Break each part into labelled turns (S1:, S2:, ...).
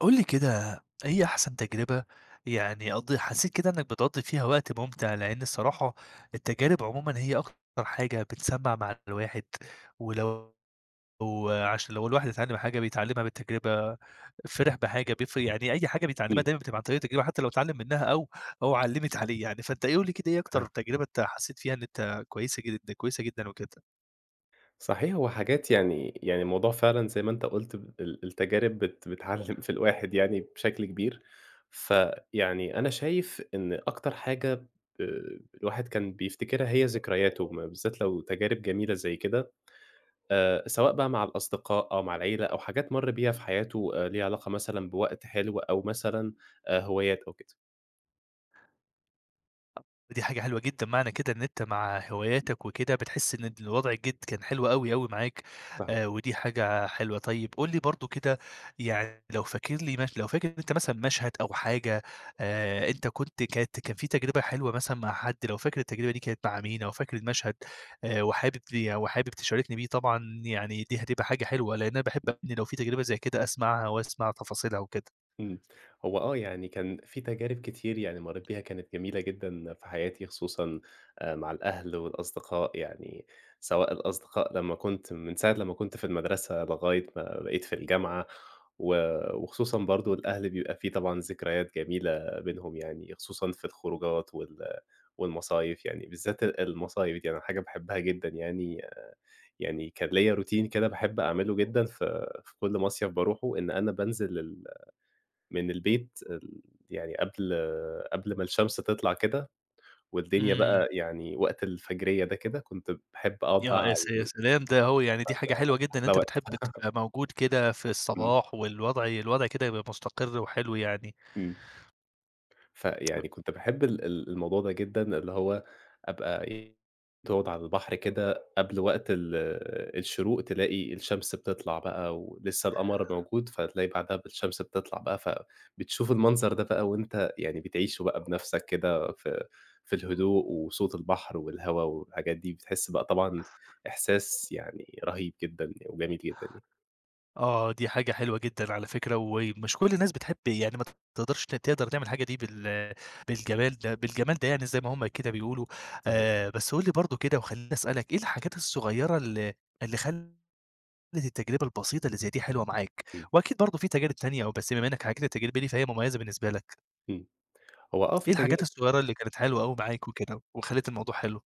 S1: قُل لي كده، إيه أحسن تجربة يعني حسّيت كده إنّك بتقضّي فيها وقت ممتع؟ لإن الصراحة، التجارب عمومًا هي أكتر حاجة بتسمّع مع الواحد، ولو عشان لو الواحد اتعلّم حاجة بيتعلّمها بالتجربة، فرح بحاجة بيفرق يعني أي حاجة بيتعلّمها
S2: إمم.
S1: دايمًا بتبقى عن طريق التجربة، حتى لو اتعلّم منها أو علّمِت عليه يعني، فأنت إيه قُل لي كده، إيه أكتر
S2: آه.
S1: تجربة أنت حسّيت فيها إن أنت كويسة جدًا وكده؟
S2: صحيح. هو حاجات يعني الموضوع فعلًا زي ما أنت قُلت ال التجارب بتعلّم في الواحد يعني بشكل كبير، فيعني أنا شايف إن أكتر حاجة الواحد كان بيفتكرها هي ذكرياته، بالذات لو تجارب جميلة زي كده، سواء بقى مع الأصدقاء أو مع العيلة أو حاجات مَر بيها في حياته ليها علاقة مثلًا بوقت حلو أو مثلًا هوايات أو كده.
S1: دي حاجة حلوة جدًا، معنى كده إن أنت مع هواياتك وكده بتحس إن الوضع الجد كان حلو أوي، أوي معاك،
S2: صحيح.
S1: ودي حاجة حلوة. طيب قُل لي برضه كده، يعني لو فاكر لي مش لو فاكر أنت مثلًا مشهد أو حاجة أنت كنت كانت كان في تجربة حلوة مثلًا مع حد، لو فاكر التجربة دي كانت مع مين أو فاكر المشهد وحابب تشاركني بيه، طبعًا يعني دي هتبقى حاجة حلوة، لإن أنا باحب إن لو في تجربة زي كده أسمعها وأسمع تفاصيلها وكده.
S2: إمم. هو آه، يعني كان في تجارب كتير يعني مرّيت بيها كانت جميلة جدًا في حياتي، خصوصًا مع الأهل والأصدقاء، يعني سواء الأصدقاء لمّا كنت من ساعة لمّا كنت في المدرسة لغاية ما بقيت في الجامعة، و وخصوصًا برضه الأهل بيبقى في طبعًا ذكريات جميلة بينهم يعني، خصوصًا في الخروجات والمصايف يعني، بالذات المصايف دي أنا حاجة باحبها جدًا يعني، يعني كان ليّا routine كده باحب أعمله جدًا في كل مصيف باروحه، إن أنا بانزل من البيت يعني قبل ما الشمس تطلع كده، والدنيا
S1: إمم.
S2: بقى يعني وقت الفجرية ده كده، كنت باحب أقعد
S1: يا
S2: بقى
S1: يا س
S2: على
S1: يا سلام! ده هو يعني دي حاجة حلوة جدًا إن
S2: أحلى
S1: أنت
S2: وقت.
S1: بتحب تبقى موجود كده في
S2: إمم،
S1: الصباح، والوضع كده يبقى مستقر وحلو يعني.
S2: إمم. فيعني كنت باحب ال الموضوع ده جدًا، اللي هو أبقى إيه، تقعد على البحر كده قبل وقت الشروق تلاقي الشمس بتطلع بقى ولسه القمر موجود، فتلاقي بعدها الشمس بتطلع بقى، فبتشوف المنظر ده بقى وأنت يعني بتعيشه بقى بنفسك كده في الهدوء وصوت البحر والهوا والحاجات دي، بتحس بقى طبعًا إحساس يعني رهيب جدًا وجميل جدًا يعني.
S1: آه، دي حاجة حلوة جدًا على فكرة، ومش كل الناس بتحب، يعني ما تقدرش تقدر تعمل الحاجة دي بالجمال ده يعني زي ما هم كده بيقولوا.
S2: صحيح.
S1: بس قُل لي برضه كده وخلّيني أسألك، إيه الحاجات الصغيرة اللي خلّت التجربة البسيطة اللي زي دي حلوة معاك؟
S2: إمم،
S1: وأكيد برضه في تجارب تانية، بس بما إنك حكيت التجربة دي فهي مميزة بالنسبة لك.
S2: إمم. هو آه
S1: إيه
S2: في
S1: الحاجات
S2: تجارب
S1: الصغيرة اللي كانت حلوة أوي معاك وكده، وخلّت الموضوع حلو؟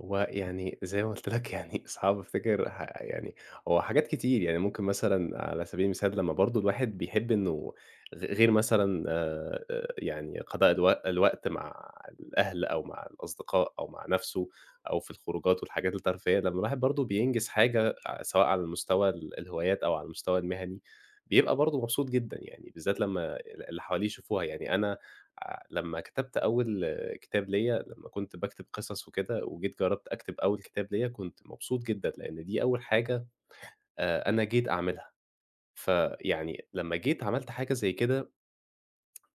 S2: هو يعني زي ما قُلت لك يعني صعب أفتكر يعني هو حاجات كتير، يعني ممكن مثلًا على سبيل المثال لمّا برضه الواحد بيحب إنه غير مثلًا، يعني قضاء الوقت مع الأهل أو مع الأصدقاء أو مع نَفْسه أو في الخروجات والحاجات الترفيهية، لمّا الواحد برضه بينجز حاجة سواء على المستوى الهوايات أو على المستوى المهني، بيبقى برضه مبسوط جدًا يعني، بالذات لمّا اللي حواليه يشوفوها. يعني أنا لمّا كتبت أول كتاب ليّا لمّا كنت باكتب قصص وكده، وجيت جرّبت أكتب أول كتاب ليّا، كنت مبسوط جدًا، لإن دي أول حاجة أنا جيت أعملها، فيعني لمّا جيت عملت حاجة زي كده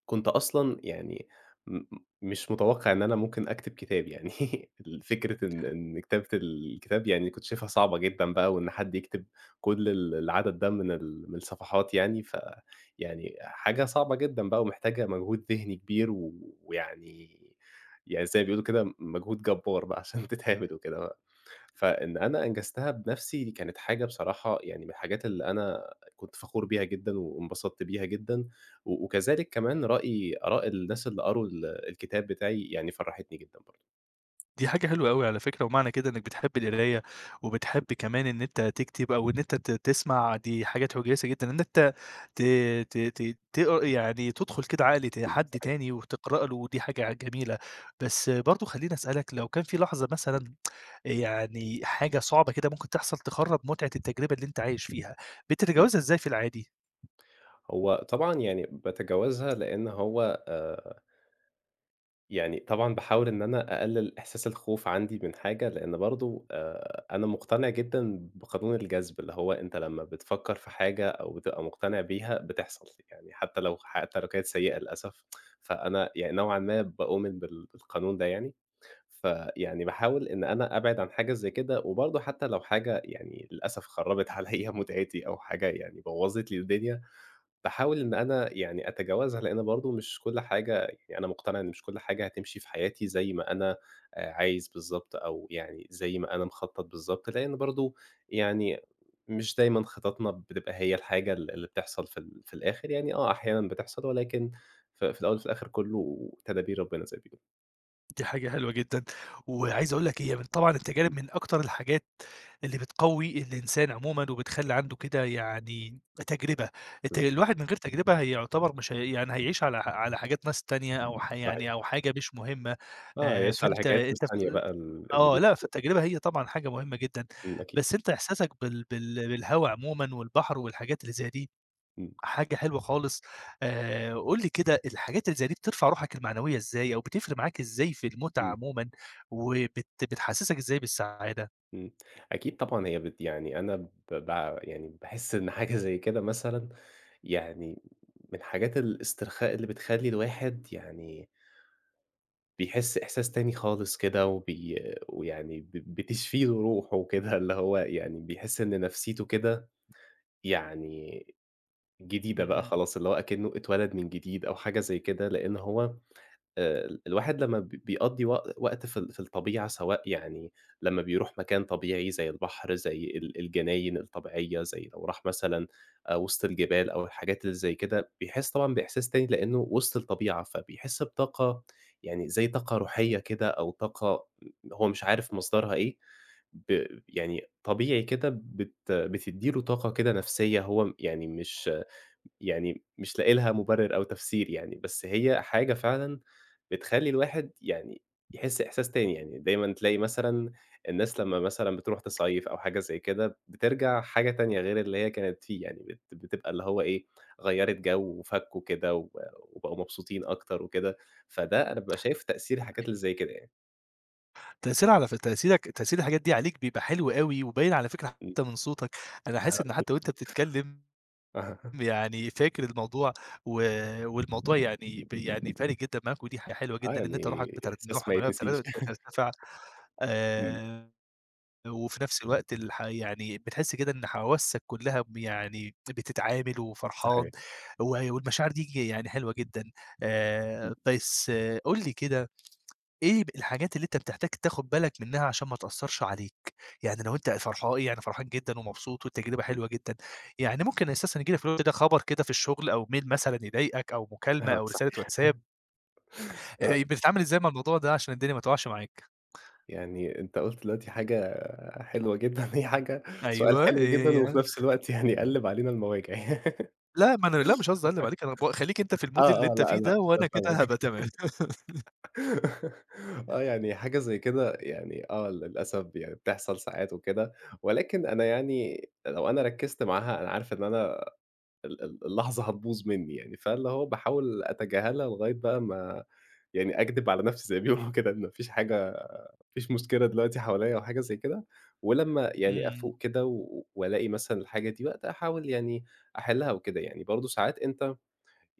S2: كنت أصلًا يعني م مش متوقع إن أنا ممكن أكتب كتاب يعني. ال فكرة إن كتابة الكتاب يعني كنت شايفها صعبة جدًا بقى، وإن حد يكتب كل العدد ده من من الصفحات يعني، ف يعني حاجة صعبة جدًا بقى ومحتاجة مجهود ذهني كبير و ويعني يعني زي ما بيقولوا كده مجهود جبار بقى عشان تتعمل وكده. فإن أنا أنجزتها بنفسي دي كانت حاجة بصراحة يعني من الحاجات اللي أنا كنت فخور بيها جدًا وانبسطت بيها جدًا، وكذلك كمان آراء الناس اللي قروا الكتاب بتاعي يعني فرحتني جدًا برضه.
S1: دي حاجة حلوة أوي على فكرة، ومعنى كده إنك بتحب القراية، وبتحب كمان إن أنت تكتب أو إن أنت تسمع، دي حاجات كويسة جدًا، إن أنت ت ت ت تقر يعني تدخل كده عقل
S2: إمم،
S1: حد
S2: صحيح،
S1: تاني وتقرأ له، ودي حاجة جميلة. بس برضه خلّيني أسألك، لو كان في لحظة مثلًا يعني حاجة صعبة كده ممكن تحصل تخرّب متعة التجربة اللي أنت عايش فيها،
S2: إمم.
S1: بتتجاوزها إزاي في العادي؟
S2: هو طبعًا يعني باتجاوزها لإن هو يعني طبعًا باحاول إن أنا أقلِّل إحساس الخوف عندي من حاجة، لإن برضه أنا مقتنع جدًا بقانون الجذب، اللي هو أنت لمّا بتفكّر في حاجة أو بتبقى مقتنع بيها بتحصل، يعني حتى لو كانت سيئة للأسف، فأنا يعني نوعًا ما باؤمن بالقانون ده يعني، فيعني باحاول إن أنا أبعد عن حاجة زي كده، وبرضه حتى لو حاجة يعني للأسف خرّبت عليّا متعتي أو حاجة يعني بوّظت لي الدنيا باحاول إن أنا يعني أتجاوزها، لإن برضه مش كل حاجة يعني أنا مقتنع إن مش كل حاجة هتمشي في حياتي زي ما أنا عايز بالضبط، أو يعني زي ما أنا مخطط بالضبط، لإن برضه يعني مش دايمًا خططنا بتبقى هي الحاجة اللي بتحصل في في الآخر، يعني آه أحيانًا بتحصل، ولكن في الأول وفي الآخر كله تدابير ربنا زي ما بيقولوا.
S1: دي حاجة حلوة جدًا، وعايز أقول لك هي من طبعًا التجارب
S2: إمم،
S1: من أكتر الحاجات اللي بتقوي الإنسان عمومًا، وبتخلّي
S2: أكيد،
S1: عنده كده يعني تجربة،
S2: بالضبط،
S1: الواحد من غير تجربة هي يعتبر مش هي يعني هيعيش على حاجات ناس تانية، أو ح يعني
S2: صحيح.
S1: أو حاجة مش مهمة،
S2: آه، يعيش على
S1: فأنت
S2: حكايات ناس
S1: أنت في
S2: تانية
S1: ال
S2: بقى اللي
S1: آه، لأ،
S2: بيحكوها.
S1: فالتجربة هي طبعًا حاجة مهمة جدًا،
S2: إمم، أكيد.
S1: بس أنت إحساسك بالهوا عمومًا والبحر والحاجات اللي زي دي
S2: إمم،
S1: حاجة حلوة خالص، قُل لي كده، الحاجات اللي زي دي بترفع روحك المعنوية إزاي، أو بتفرق معاك إزاي في المتعة
S2: إمم.
S1: عمومًا، بتحسسك إزاي بالسعادة؟
S2: إمم. أكيد طبعًا هي يعني أنا ب ب يعني باحس إن حاجة زي كده مثلًا يعني من حاجات الاسترخاء اللي بتخلّي الواحد يعني بيحس إحساس تاني خالص كده وبي ويعني ب بتشفي له روحه كده، اللي هو يعني بيحس إن نفسيته كده يعني جديدة بقى
S1: اهم،
S2: خلاص، اللي هو أكنه اتولد من جديد أو حاجة زي كده، لإن هو ال الواحد لمّا بيقضّي وقت في في الطبيعة، سواء يعني لمّا بيروح مكان طبيعي زي البحر، زي الجناين الطبيعية، زي لو راح مثلًا وسط الجبال أو الحاجات اللي زي كده، بيحس طبعًا بإحساس تاني لإنه وسط الطبيعة، فبيحس بطاقة يعني زي طاقة روحية كده أو طاقة هو مش عارف مصدرها إيه، يعني طبيعي كده بتدّي له طاقة كده نفسية هو يعني مش لاقي لها مُبرِّر أو تفسير يعني، بس هي حاجة فعلًا بتخلّي الواحد يعني يحس إحساس تاني، يعني دايمًا تلاقي مثلًا الناس لمّا مثلًا بتروح تصيّف أو حاجة زي كده، بترجع حاجة تانية غير اللي هي كانت فيه، يعني بتبقى اللي هو إيه، غيّرِت جو وفَكّوا كده وبقوا مبسوطين أكتر وكده، فده أنا بابقى شايف تأثير الحاجات اللي زي كده يعني.
S1: تأثير على ف تأثيرك تأثير الحاجات دي عليك بيبقى حلو أوي، وباين على فكرة
S2: إمم.
S1: حتى من صوتك، أنا حاسس إن حتى وأنت بتتكلم، يعني فاكر الموضوع، و والموضوع يعني ب يعني فارق جدًا معاك، ودي حاجة حلوة
S2: آه،
S1: جدا إن
S2: يعني
S1: أنت
S2: إحساس
S1: روحك
S2: ما
S1: المعنوية
S2: يتنسيش.
S1: بترتفع،
S2: إمم،
S1: آآ وفي نفس الوقت الح يعني بتحس كده إن حواسك كلّها ب يعني بتتعامل وفرحان،
S2: صحيح.
S1: و والمشاعر دي يعني حلوة جدًا.
S2: إمم،
S1: بس قُل لي كده، إيه الحاجات اللي أنت بتحتاج تاخد بالك منها عشان ما تأثّرش عليك؟ يعني لو أنت فرحان جدًا ومبسوط والتجربة
S2: إمم.
S1: حلوة جدًا، يعني ممكن أساسًا ييجي لك في الوقت ده خبر كده في الشغل، أو mail مثلًا يضايقك، أو مكالمة
S2: آه،
S1: أو رسالة
S2: صحيح.
S1: واتساب،
S2: آه.
S1: بتتعامل إزاي مع الموضوع ده عشان الدنيا ما تقعش معاك؟
S2: يعني أنت قُلت دلوقتي حاجة حلوة جدًا، هي حاجة سؤال
S1: أيوه،
S2: حلو جدًا
S1: إيه هي؟
S2: وفي نفس الوقت يعني قلِّب علينا المواجع.
S1: لأ، ما أنا لأ، مش قصدي أقلّب عليك، أنا خلّيك أنت في الmood
S2: آه،
S1: اللي
S2: آه،
S1: أنت
S2: لأ،
S1: فيه
S2: أنا
S1: ده، وأنا
S2: أنا
S1: كده
S2: فاهمك.
S1: هابقى تمام.
S2: آه، يعني حاجة زي كده يعني آه، للأسف يعني بتحصل ساعات وكده، ولكن أنا يعني لو أنا ركّزت معاها أنا عارف إن أنا ال اللحظة هتبوظ منّي يعني، فاللي هو باحاول أتجاهلها لغاية بقى ما يعني أكدب على نَفْسي زي ما بيقولوا كده إن ما فيش حاجة، ما فيش مشكلة دلوقتي حواليّا أو حاجة زي كده، ولمّا يعني
S1: إمم،
S2: أفوق كده والاقي مثلًا الحاجة دي بقى أحاول يعني أحلّها وكده يعني، برضه ساعات أنت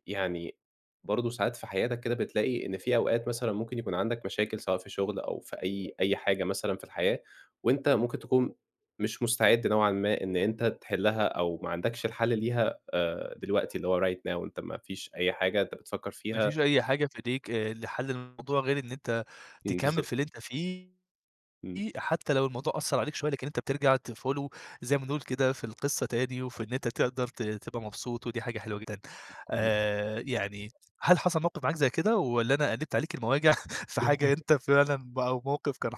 S2: يعني برضه ساعات في حياتك كده بتلاقي إن في أوقات مثلًا ممكن يكون عندك مشاكل سواء في شغل أو في أي حاجة مثلًا في الحياة، وأنت ممكن تكون مش مستعد نوعًا ما إن أنت تحلها أو ما عندكش الحل ليها، دلوقتي اللي هو right now أنت ما فيش أي حاجة أنت بتفكر
S1: ما
S2: فيها.
S1: فيش أي حاجة في إيديك لحل الموضوع غير إن أنت
S2: إمم،
S1: تكمّل
S2: بالضبط،
S1: في اللي أنت فيه،
S2: إمم.
S1: حتى لو الموضوع أثّر عليك شوية، لكن أنت بترجع تfollow زي ما بنقول كده في القصة تاني، وفي إن أنت تقدر تبقى مبسوط، ودي حاجة حلوة جدًا. يعني هل حصل موقف معاك زي كده، والّا أنا قلّبت عليك المواجع في حاجة أنت فعلًا أو موقف كان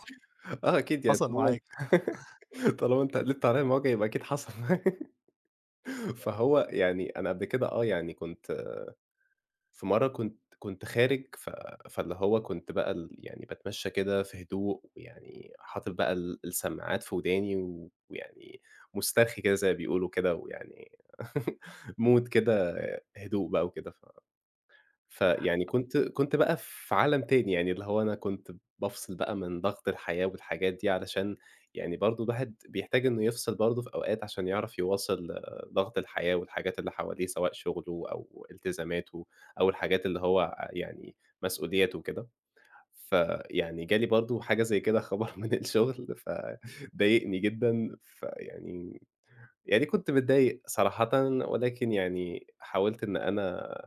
S2: آه أكيد يعني
S1: حصل
S2: طالما
S1: معاك؟
S2: طالما أنت قلبت عليَّ المواجع يبقى أكيد حصل. فهو يعني أنا قبل كده آه، يعني كنت في مرة كنت خارج فاللي هو كنت بقى يعني باتمشى كده في هدوء، ويعني حاطط بقى السماعات في وداني، و- ويعني مُسترخي كده زي ما بيقولوا كده، ويعني mood كده هدوء بقى وكده فيعني كنت بقى في عالم تاني، يعني اللي هو أنا كنت بافصل بقى من ضغط الحياة والحاجات دي علشان يعني برضه الواحد بيحتاج إنه يفصل برضه في أوقات عشان يعرف يواصل آه، ضغط الحياة والحاجات اللي حواليه سواء شغله أو التزاماته أو الحاجات اللي هو يعني مسؤولياته وكده. فيعني جالي برضه حاجة زي كده خبر من الشغل فضايقني جدًا، فيعني يعني كنت متضايق صراحةً، ولكن يعني حاولت إن أنا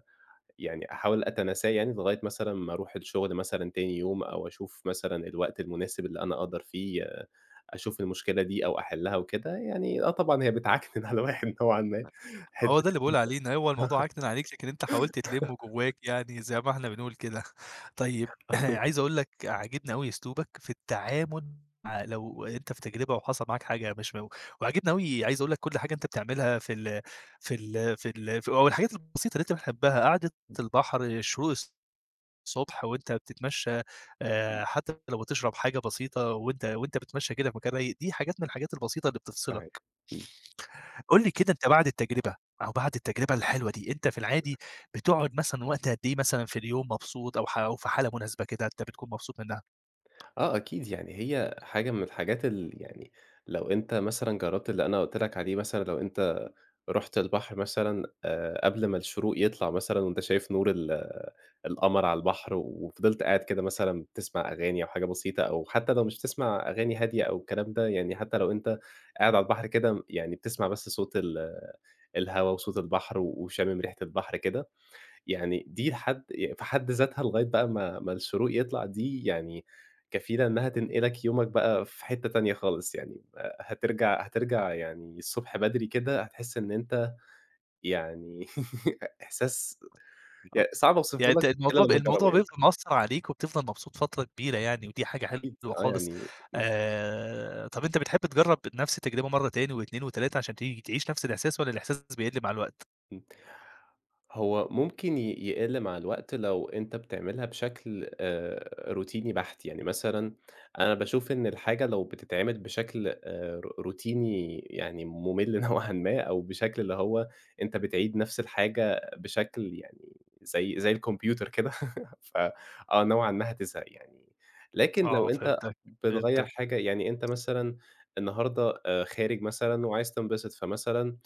S2: يعني أحاول أتناساه يعني لغاية مثلًا ما أروح الشغل مثلًا تاني يوم، أو أشوف مثلًا الوقت المناسب اللي أنا أقدر فيه آه، أشوف المشكلة دي أو أحلها وكده، يعني آه طبعًا هي بتعكنن على الواحد نوعًا ما
S1: هو
S2: حتة.
S1: ده اللي باقول عليه، إن هو الموضوع أجنن عليك، لكن أنت حاولت تلمّه جواك يعني زي ما إحنا بنقول كده. طيب
S2: آه،
S1: عايز أقول لك عاجبني أوي أسلوبك في التعامل، مع لو أنت في تجربة وحصل معاك حاجة مش م وعاجبني أوي، عايز أقول لك كل حاجة أنت بتعملها في ال في ال في ال في أو الحاجات البسيطة اللي أنت بتحبها، قعدة البحر، شروق الصبح وأنت بتتمشى، حتى لو بتشرب حاجة بسيطة وأنت بتتمشى كده في مكان رايق، دي حاجات من الحاجات البسيطة اللي
S2: صحيح.
S1: بتفصلك.
S2: إمم.
S1: قُل لي كده، أنت بعد التجربة الحلوة دي، أنت في العادي بتقعد مثلًا وقت قد إيه مثلًا في اليوم مبسوط أو في حالة مناسبة كده أنت بتكون مبسوط منها؟
S2: آه أكيد، يعني هي حاجة من الحاجات يعني لو أنت مثلًا جرّبت اللي أنا قُلت لك عليه مثلًا لو أنت رُحت البحر مثلًا قبل ما الشروق يطلع مثلًا وأنت شايف نور آه، القمر على البحر وفضلت قاعد كده مثلًا بتسمع أغاني أو حاجة بسيطة أو حتى لو مش بتسمع أغاني هادية أو الكلام ده، يعني حتى لو أنت قاعد على البحر كده يعني بتسمع بس صوت آه، الهوا وصوت البحر وشامم ريحة البحر كده، يعني دي في حد ذاتها لغاية بقى ما الشروق يطلع دي يعني كفيلة إنها تنقلك يومك بقى في حتة تانية خالص، يعني هترجع يعني الصبح بدري كده هتحس إن أنت يعني إحساس
S1: آه.
S2: صعب
S1: يعني
S2: أوصفه
S1: أنت
S2: لك إلا لمّا تجربه
S1: الموضوع
S2: يعني
S1: بيفضل مأثّر عليك وبتفضل مبسوط فترة كبيرة يعني، ودي حاجة
S2: أكيد
S1: حلوة
S2: آه
S1: خالص.
S2: يعني.
S1: طَب أنت بتحب تجرّب نفس التجربة مرّة تاني و2 و3 عشان تيجي تعيش نفس الإحساس، والّا الإحساس بيقل مع الوقت؟
S2: إمم. هو ممكن يقِل مع الوقت لو أنت بتعملها بشكل روتيني بَحت، يعني مثلًا أنا باشوف إن الحاجة لو بتتعمل بشكل روتيني يعني مُمِل نوعًا ما أو بشكل اللي هو أنت بتعيد نفس الحاجة بشكل يعني زي زي الكمبيوتر كده. ف آه، نوعًا ما هتزهق يعني. لكن
S1: آه
S2: لو أنت
S1: فهمتك،
S2: بتغيّر
S1: فهمتك.
S2: حاجة يعني أنت مثلًا النهارده خارج مثلًا وعايز تنبسط، فمثلًا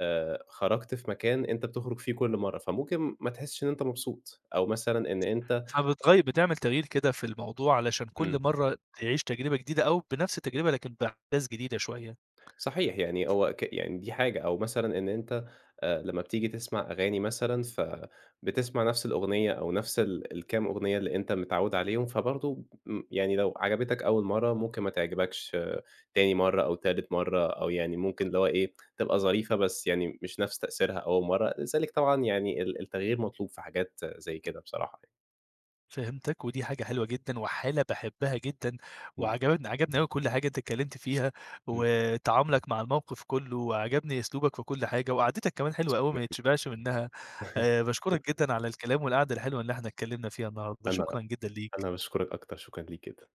S2: خرجت في مكان أنت بتخرج فيه كل مرّة، فممكن ما تحسّش إن أنت مبسوط، أو مثلًا إن أنت
S1: بتعمل تغيير كده في الموضوع علشان
S2: إمم،
S1: كل مرّة تعيش تجربة جديدة، أو بنفس التجربة لكن بأحداث جديدة شوية.
S2: صحيح يعني هو يعني دي حاجة، أو مثلًا إن أنت لمّا بتيجي تسمع أغاني مثلًا، فبتسمع نفس الأغنية أو نفس الكام أغنية اللي أنت متعوّد عليهم، فبرضه يعني لو عجبتك أول مرّة ممكن ما تعجبكش آه، تاني مرّة أو تالت مرّة، أو يعني ممكن اللي هو إيه، تبقى ظريفة بس يعني مش نفس تأثيرها أول مرّة، لذلك طبعًا يعني التغيير مطلوب في حاجات زي كده بصراحة يعني.
S1: فهمتك، ودي حاجة حلوة جدًا، وحالة باحبها جدًا،
S2: إمم،
S1: عجبني أوي كل حاجة أنت اتكلمت فيها،
S2: إمم.
S1: وتعاملك مع الموقف كله، وعجبني أسلوبك في كل حاجة، وقعدتك كمان حلوة أوي ما
S2: شكرًا.
S1: يتشبعش منها، باشكرك جدًا على الكلام والقعدة الحلوة اللي إحنا اتكلمنا فيها النهارده،
S2: أنا
S1: شكرًا جدًا ليك.
S2: أنا باشكرك أكتر، شكرًا ليك جدًا.